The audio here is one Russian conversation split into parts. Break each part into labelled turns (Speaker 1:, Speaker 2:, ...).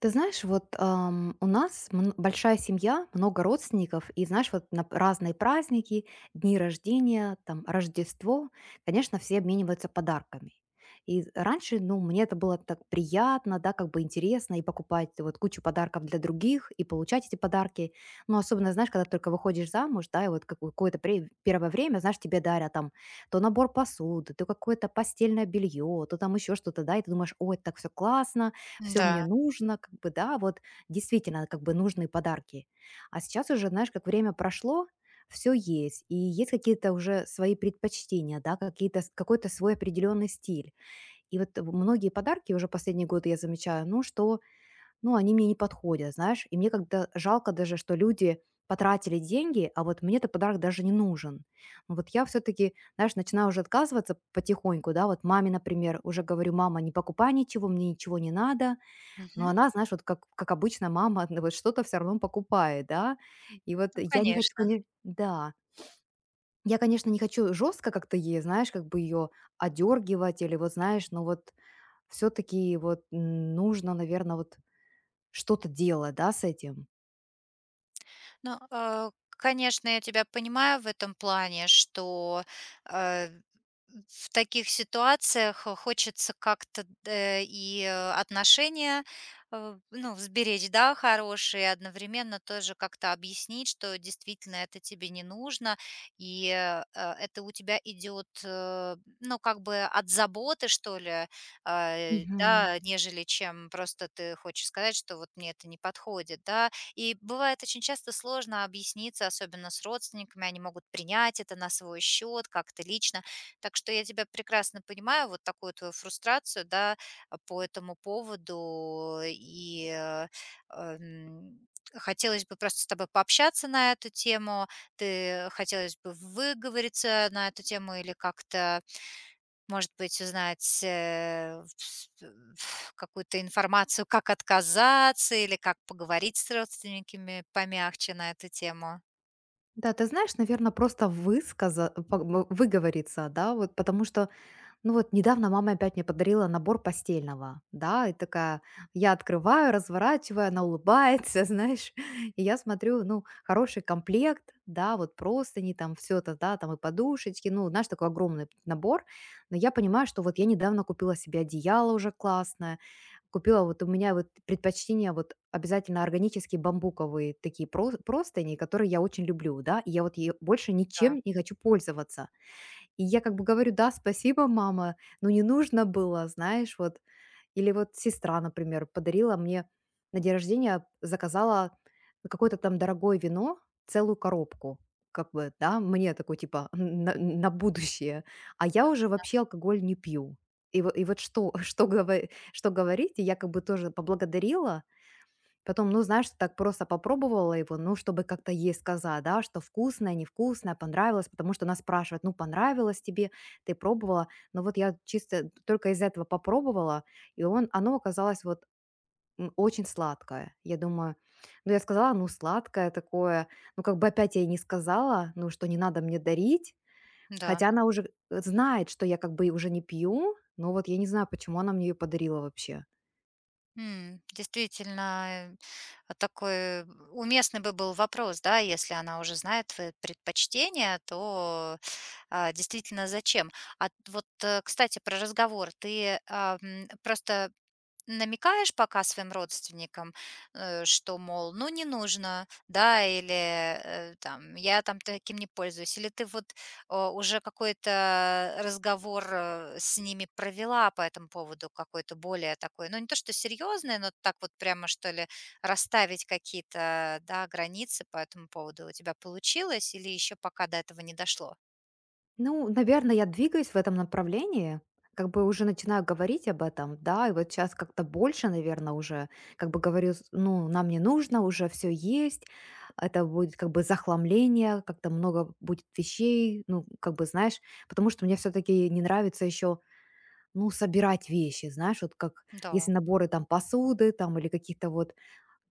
Speaker 1: Ты знаешь, вот у нас большая семья, много родственников, и знаешь, вот на разные праздники, дни рождения, там Рождество, конечно, все обмениваются подарками. И раньше, ну, мне это было так приятно, да, как бы интересно, и покупать вот кучу подарков для других, и получать эти подарки. Ну, особенно, знаешь, когда только выходишь замуж, да, и вот какое-то первое время, знаешь, тебе дарят там то набор посуды, то какое-то постельное белье, то там еще что-то, да, и ты думаешь, ой, так все классно, все мне
Speaker 2: да
Speaker 1: нужно, как бы, да, вот действительно, как бы нужные подарки. А сейчас уже, знаешь, как время прошло, все есть, и есть какие-то уже свои предпочтения, да, какие-то, какой-то свой определенный стиль. И вот многие подарки уже последние годы я замечаю, ну, что, ну, они мне не подходят, знаешь, и мне как-то жалко даже, что люди потратили деньги, а вот мне этот подарок даже не нужен. Ну, вот я все-таки, знаешь, начинаю уже отказываться потихоньку, да, вот маме, например, уже говорю, мама, не покупай ничего, мне ничего не надо, но
Speaker 2: мгм.
Speaker 1: она, знаешь, вот как обычно, мама, ну, вот что-то все равно покупает, да. И вот
Speaker 2: Ну,
Speaker 1: я не хочу,
Speaker 2: конечно.
Speaker 1: конечно, да. Я, конечно, не хочу жестко как-то ей, знаешь, как бы ее одергивать или вот, знаешь, но вот все таки вот нужно, наверное, вот что-то делать, да, с этим.
Speaker 2: Ну, конечно, я тебя понимаю в этом плане, что э, в таких ситуациях хочется как-то, и отношения, ну, сберечь, да, хорошие, одновременно тоже как-то объяснить, что действительно это тебе не нужно, и это у тебя идет, ну, как бы от заботы, что ли,
Speaker 1: Мгм.
Speaker 2: да, нежели чем просто ты хочешь сказать, что вот мне это не подходит, да, и бывает очень часто сложно объясниться, особенно с родственниками, они могут принять это на свой счет как-то лично. Так что я тебя прекрасно понимаю, вот такую твою фрустрацию, да, а, по этому поводу. И эм, хотелось бы просто с тобой пообщаться на эту тему, ты хотелось бы выговориться на эту тему, или как-то, может быть, узнать, какую-то информацию, как отказаться или как поговорить с родственниками помягче на эту тему.
Speaker 1: Да, ты знаешь, наверное, просто высказа по м выговориться, да, вот, потому что ну вот недавно мама опять мне подарила набор постельного, да, и такая, я открываю, разворачиваю, она улыбается, знаешь, и я смотрю, ну, хороший комплект, да, вот простыни, там все это, да, там и подушечки, ну, знаешь, такой огромный набор, но я понимаю, что вот я недавно купила себе одеяло уже классное, купила вот у меня вот предпочтение вот обязательно органические бамбуковые такие простыни, которые я очень люблю, да, и я вот ей больше
Speaker 2: Да,
Speaker 1: ничем не хочу пользоваться. И я как бы говорю: "Да, спасибо, мама, но не нужно было", знаешь, вот. Или вот сестра, например, подарила мне на день рождения, заказала какое-то там дорогое вино, целую коробку, как бы, да, мне такой типа на будущее. А я уже вообще алкоголь не пью. И вот что что говорить? И я как бы тоже поблагодарила, потом, ну, знаешь, так просто попробовала его, ну, чтобы как-то ей сказать, да, что вкусное, невкусное, понравилось, потому что она спрашивает, ну, понравилось тебе, ты пробовала. Но вот я чисто только из этого попробовала, и оно оказалось вот очень сладкое. Я думаю, ну, я сказала, ну, сладкое такое, ну, как бы опять я ей не сказала, ну, что не надо мне дарить,
Speaker 2: да.
Speaker 1: хотя она уже знает, что я как бы и уже не пью, но вот я не знаю, почему она мне ее подарила вообще.
Speaker 2: Действительно, а такой уместный бы был вопрос, да, если она уже знает твои предпочтения, то, а, действительно, зачем? А вот, кстати, про разговор. Ты, просто намекаешь пока своим родственникам, что, мол, ну, не нужно, да, или, там, я там таким не пользуюсь, или ты вот, а, уже какой-то разговор, с ними провела по этому поводу, какой-то более такой, ну, не то что серьезный, но так вот прямо, что ли, расставить какие-то, да, границы по этому поводу у тебя получилось или еще пока до этого не дошло?
Speaker 1: Ну, наверное, я двигаюсь в этом направлении, как бы уже начинаю говорить об этом, да, и вот сейчас как-то больше, наверное, уже как бы говорю, ну, нам не нужно, уже все есть, это будет как бы захламление, как-то много будет вещей, ну, как бы, знаешь, потому что мне все-таки не нравится еще, ну, собирать вещи, знаешь, вот как
Speaker 2: Да,
Speaker 1: если наборы там посуды там или каких-то вот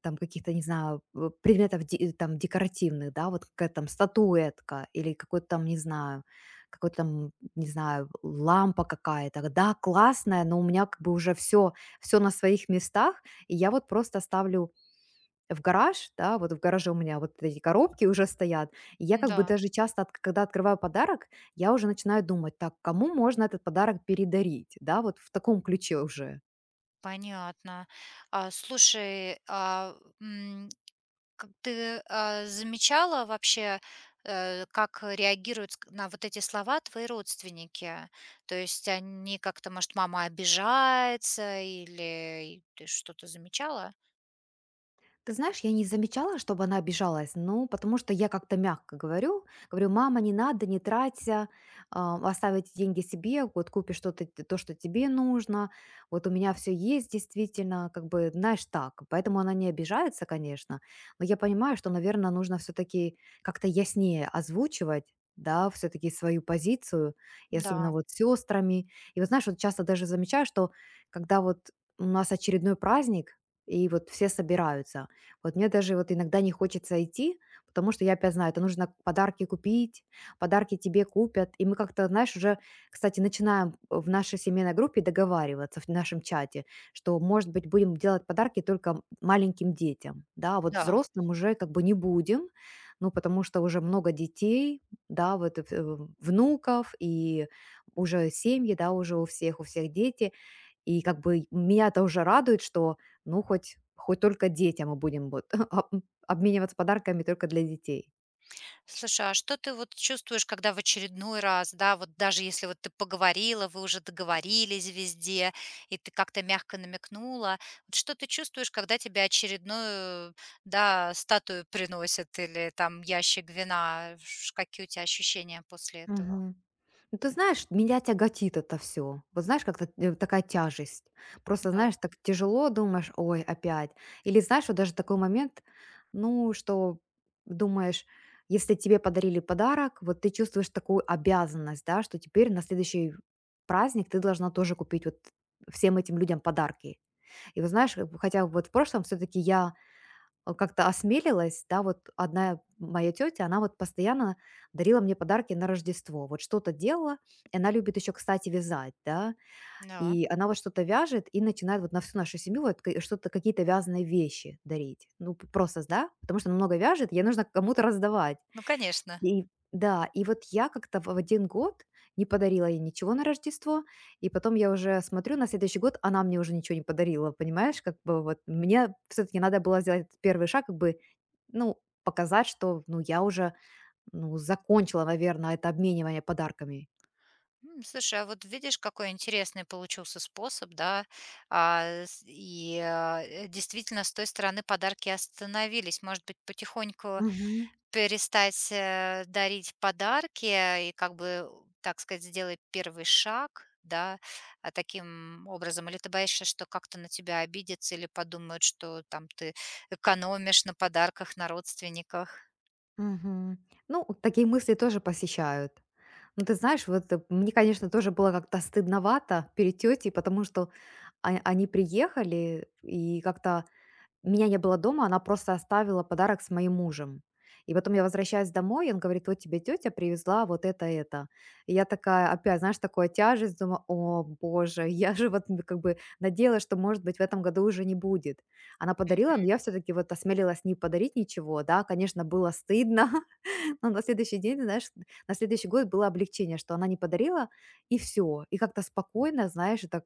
Speaker 1: там каких-то, не знаю, предметов там декоративных, да, вот какая-то там статуэтка или какой-то там, не знаю, какой-то там, не знаю, лампа какая-то. Да, классная, но у меня как бы уже все, все на своих местах, и я вот просто ставлю в гараж, да, вот в гараже у меня вот эти коробки уже стоят. И я как бы
Speaker 2: да,
Speaker 1: даже часто, от когда открываю подарок, я уже начинаю думать: "Так, кому можно этот подарок передарить?" Да, вот в таком ключе уже.
Speaker 2: понятно. А, слушай, а, как ты, а, замечала вообще, как реагируют, ск на вот эти слова твои родственники? То есть они как-то, может, мама обижается, или ты что-то замечала?
Speaker 1: Ты знаешь, я не замечала, чтобы она обижалась, ну, потому что я как-то мягко говорю, говорю, мама, не надо, не траться, а, оставить деньги себе, вот купи что-то, то, что тебе нужно, вот у меня все есть действительно, как бы, знаешь, так, поэтому она не обижается, конечно, но я понимаю, что, наверное, нужно все-таки как-то яснее озвучивать, да, все-таки свою позицию, и особенно
Speaker 2: Да,
Speaker 1: вот с сестрами. И вот знаешь, вот часто даже замечаю, что когда вот у нас очередной праздник, и вот все собираются, вот мне даже вот иногда не хочется идти, потому что я опять знаю, это нужно подарки купить, подарки тебе купят. И мы как-то, знаешь, уже, кстати, начинаем в нашей семейной группе договариваться в нашем чате, что, может быть, будем делать подарки только маленьким детям, да, а вот
Speaker 2: да.
Speaker 1: взрослым уже как бы не будем, ну, потому что уже много детей, да, вот внуков и уже семьи, да, уже у всех дети, и как бы меня это уже радует, что, ну, хоть только детям мы будем вот об обмениваться подарками только для детей.
Speaker 2: Слушай, а что ты вот чувствуешь, когда в очередной раз, да, вот даже если вот ты поговорила, вы уже договорились везде, и ты как-то мягко намекнула, вот что ты чувствуешь, когда тебе очередную, да, статую приносят или там ящик вина? Какие у тебя ощущения после этого?
Speaker 1: Мгм. Ну, ты знаешь, меня тяготит это все. Вот знаешь, как-то, такая тяжесть. Просто,
Speaker 2: Да,
Speaker 1: знаешь, так тяжело, думаешь: "Ой, опять". Или знаешь, вот даже такой момент, ну, что думаешь, если тебе подарили подарок, вот ты чувствуешь такую обязанность, да, что теперь на следующий праздник ты должна тоже купить вот всем этим людям подарки. И вот знаешь, как бы, хотя вот в прошлом все-таки я как-то осмелилась, да, вот одна моя тетя, она вот постоянно дарила мне подарки на Рождество, вот что-то делала, и она любит еще, кстати, вязать, да,
Speaker 2: да.
Speaker 1: и она вот что-то вяжет и начинает вот на всю нашу семью вот что-то, какие-то вязаные вещи дарить, ну, просто, да, потому что она много вяжет, ей нужно кому-то раздавать,
Speaker 2: Ну, конечно.
Speaker 1: и да, и вот я как-то в один год не подарила ей ничего на Рождество, и потом я уже смотрю, на следующий год она мне уже ничего не подарила, понимаешь? Как бы вот мне все таки надо было сделать этот 1 шаг, как бы, ну, показать, что, ну, я уже, ну, закончила, наверное, это обменивание подарками.
Speaker 2: Слушай, а вот видишь, какой интересный получился способ, да, а, и а, действительно с той стороны подарки остановились. Может быть, потихоньку
Speaker 1: Мгм,
Speaker 2: перестать, дарить подарки и как бы, так сказать, сделать первый шаг, да, а, таким образом? Или ты боишься, что как-то на тебя обидятся или подумают, что там ты экономишь на подарках, на родственниках?
Speaker 1: мгм. Ну, вот такие мысли тоже посещают. Ну, ты знаешь, вот, мне, конечно, тоже было как-то стыдновато перед тетей, потому что а они приехали и как-то меня не было дома, она просто оставила подарок с моим мужем. И потом я возвращаюсь домой, и он говорит, вот тебе тетя привезла вот это, это. И я такая, опять, знаешь, такая тяжесть, думаю, о боже, я же вот ну, как бы надеялась, что, может быть, в этом году уже не будет. Она
Speaker 2: Мгм.
Speaker 1: подарила, но я все-таки вот осмелилась не подарить ничего, да, конечно, было стыдно, но на следующий день, знаешь, на следующий год было облегчение, что она не подарила, и все. И как-то спокойно, знаешь, и так,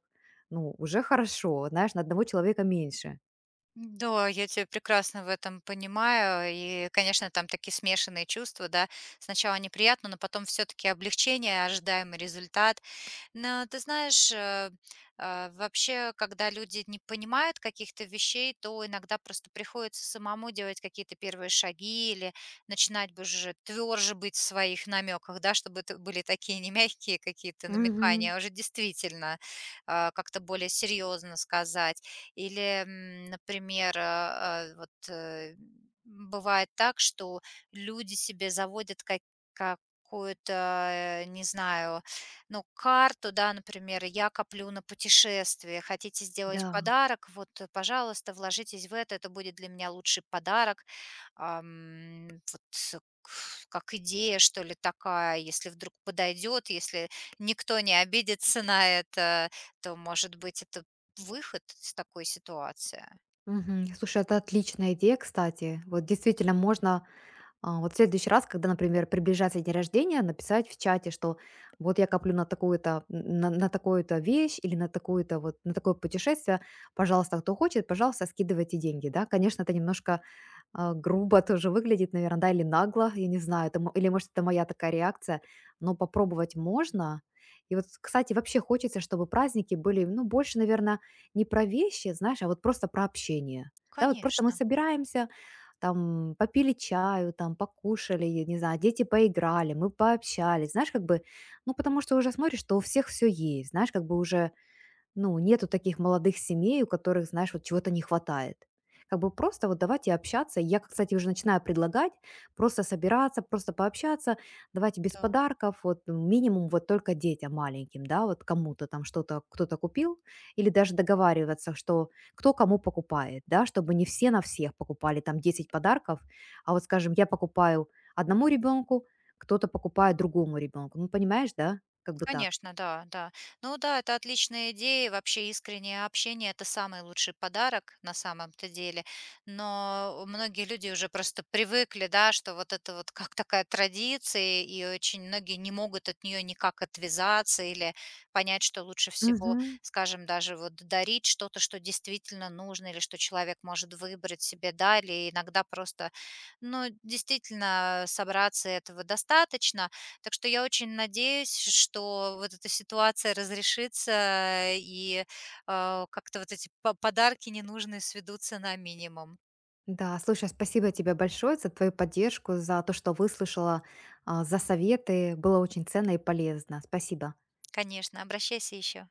Speaker 1: ну, уже хорошо, знаешь, на одного человека меньше.
Speaker 2: Да, я тебя прекрасно в этом понимаю. И, конечно, там такие смешанные чувства, да. Сначала неприятно, но потом все-таки облегчение, ожидаемый результат. Но ты знаешь, вообще, когда люди не понимают каких-то вещей, то иногда просто приходится самому делать какие-то первые шаги, или начинать бы уже тверже быть в своих намеках, да, чтобы это были такие не мягкие какие-то намекания, а уже действительно, а, как-то более серьезно сказать. Или, например, а, вот бывает так, что люди себе заводят как какую-то, не знаю, ну, карту, да, например, я коплю на путешествие, хотите сделать
Speaker 1: Да.
Speaker 2: подарок, вот, пожалуйста, вложитесь в это будет для меня лучший подарок. Вот, как идея, что ли, такая, если вдруг подойдет, если никто не обидится на это, то, может быть, это выход из такой ситуации.
Speaker 1: Мгм. Слушай, это отличная идея, кстати. Вот действительно можно вот в следующий раз, когда, например, приближается день рождения, написать в чате, что вот я коплю на такую-то на такую-то вещь или на такую-то вот на такое путешествие, пожалуйста, кто хочет, пожалуйста, скидывайте деньги, да. Конечно, это немножко грубо тоже выглядит, наверное, да, или нагло, я не знаю, это, или, может, это моя такая реакция, но попробовать можно. И вот, кстати, вообще хочется, чтобы праздники были, ну, больше, наверное, не про вещи, знаешь, а вот просто про общение. Да, вот просто мы
Speaker 2: Конечно,
Speaker 1: собираемся, там, попили чаю, там, покушали, я не знаю, дети поиграли, мы пообщались, знаешь, как бы, ну, потому что уже смотришь, что у всех все есть, знаешь, как бы уже ну, нету таких молодых семей, у которых, знаешь, вот чего-то не хватает. Как бы просто вот давайте общаться. Я, кстати, уже начинаю предлагать просто собираться, просто пообщаться, давайте без
Speaker 2: да.
Speaker 1: подарков, вот ну, минимум вот только детям маленьким, да, вот кому-то там что-то кто-то купил, или даже договариваться, что кто кому покупает, да, чтобы не все на всех покупали там 10 подарков, а вот, скажем, я покупаю одному ребенку, кто-то покупает другому ребенку. Ну, понимаешь, да, как бы так.
Speaker 2: Конечно, да, да. Ну да, это отличная идея. Вообще искреннее общение– это самый лучший подарок на самом-то деле. Но многие люди уже просто привыкли, да, что вот это вот как такая традиция, и очень многие не могут от нее никак отвязаться или понять, что лучше всего,
Speaker 1: Мгм.
Speaker 2: скажем, даже вот дарить что-то, что действительно нужно или что человек может выбрать себе, да, или иногда просто, ну, действительно собраться этого достаточно, так что я очень надеюсь, что вот эта ситуация разрешится и, а, как-то вот эти па подарки ненужные сведутся на минимум.
Speaker 1: Да, слушай, спасибо тебе большое за твою поддержку, за то, что выслушала, за советы. Было очень ценно и полезно. Спасибо.
Speaker 2: Конечно, обращайся еще.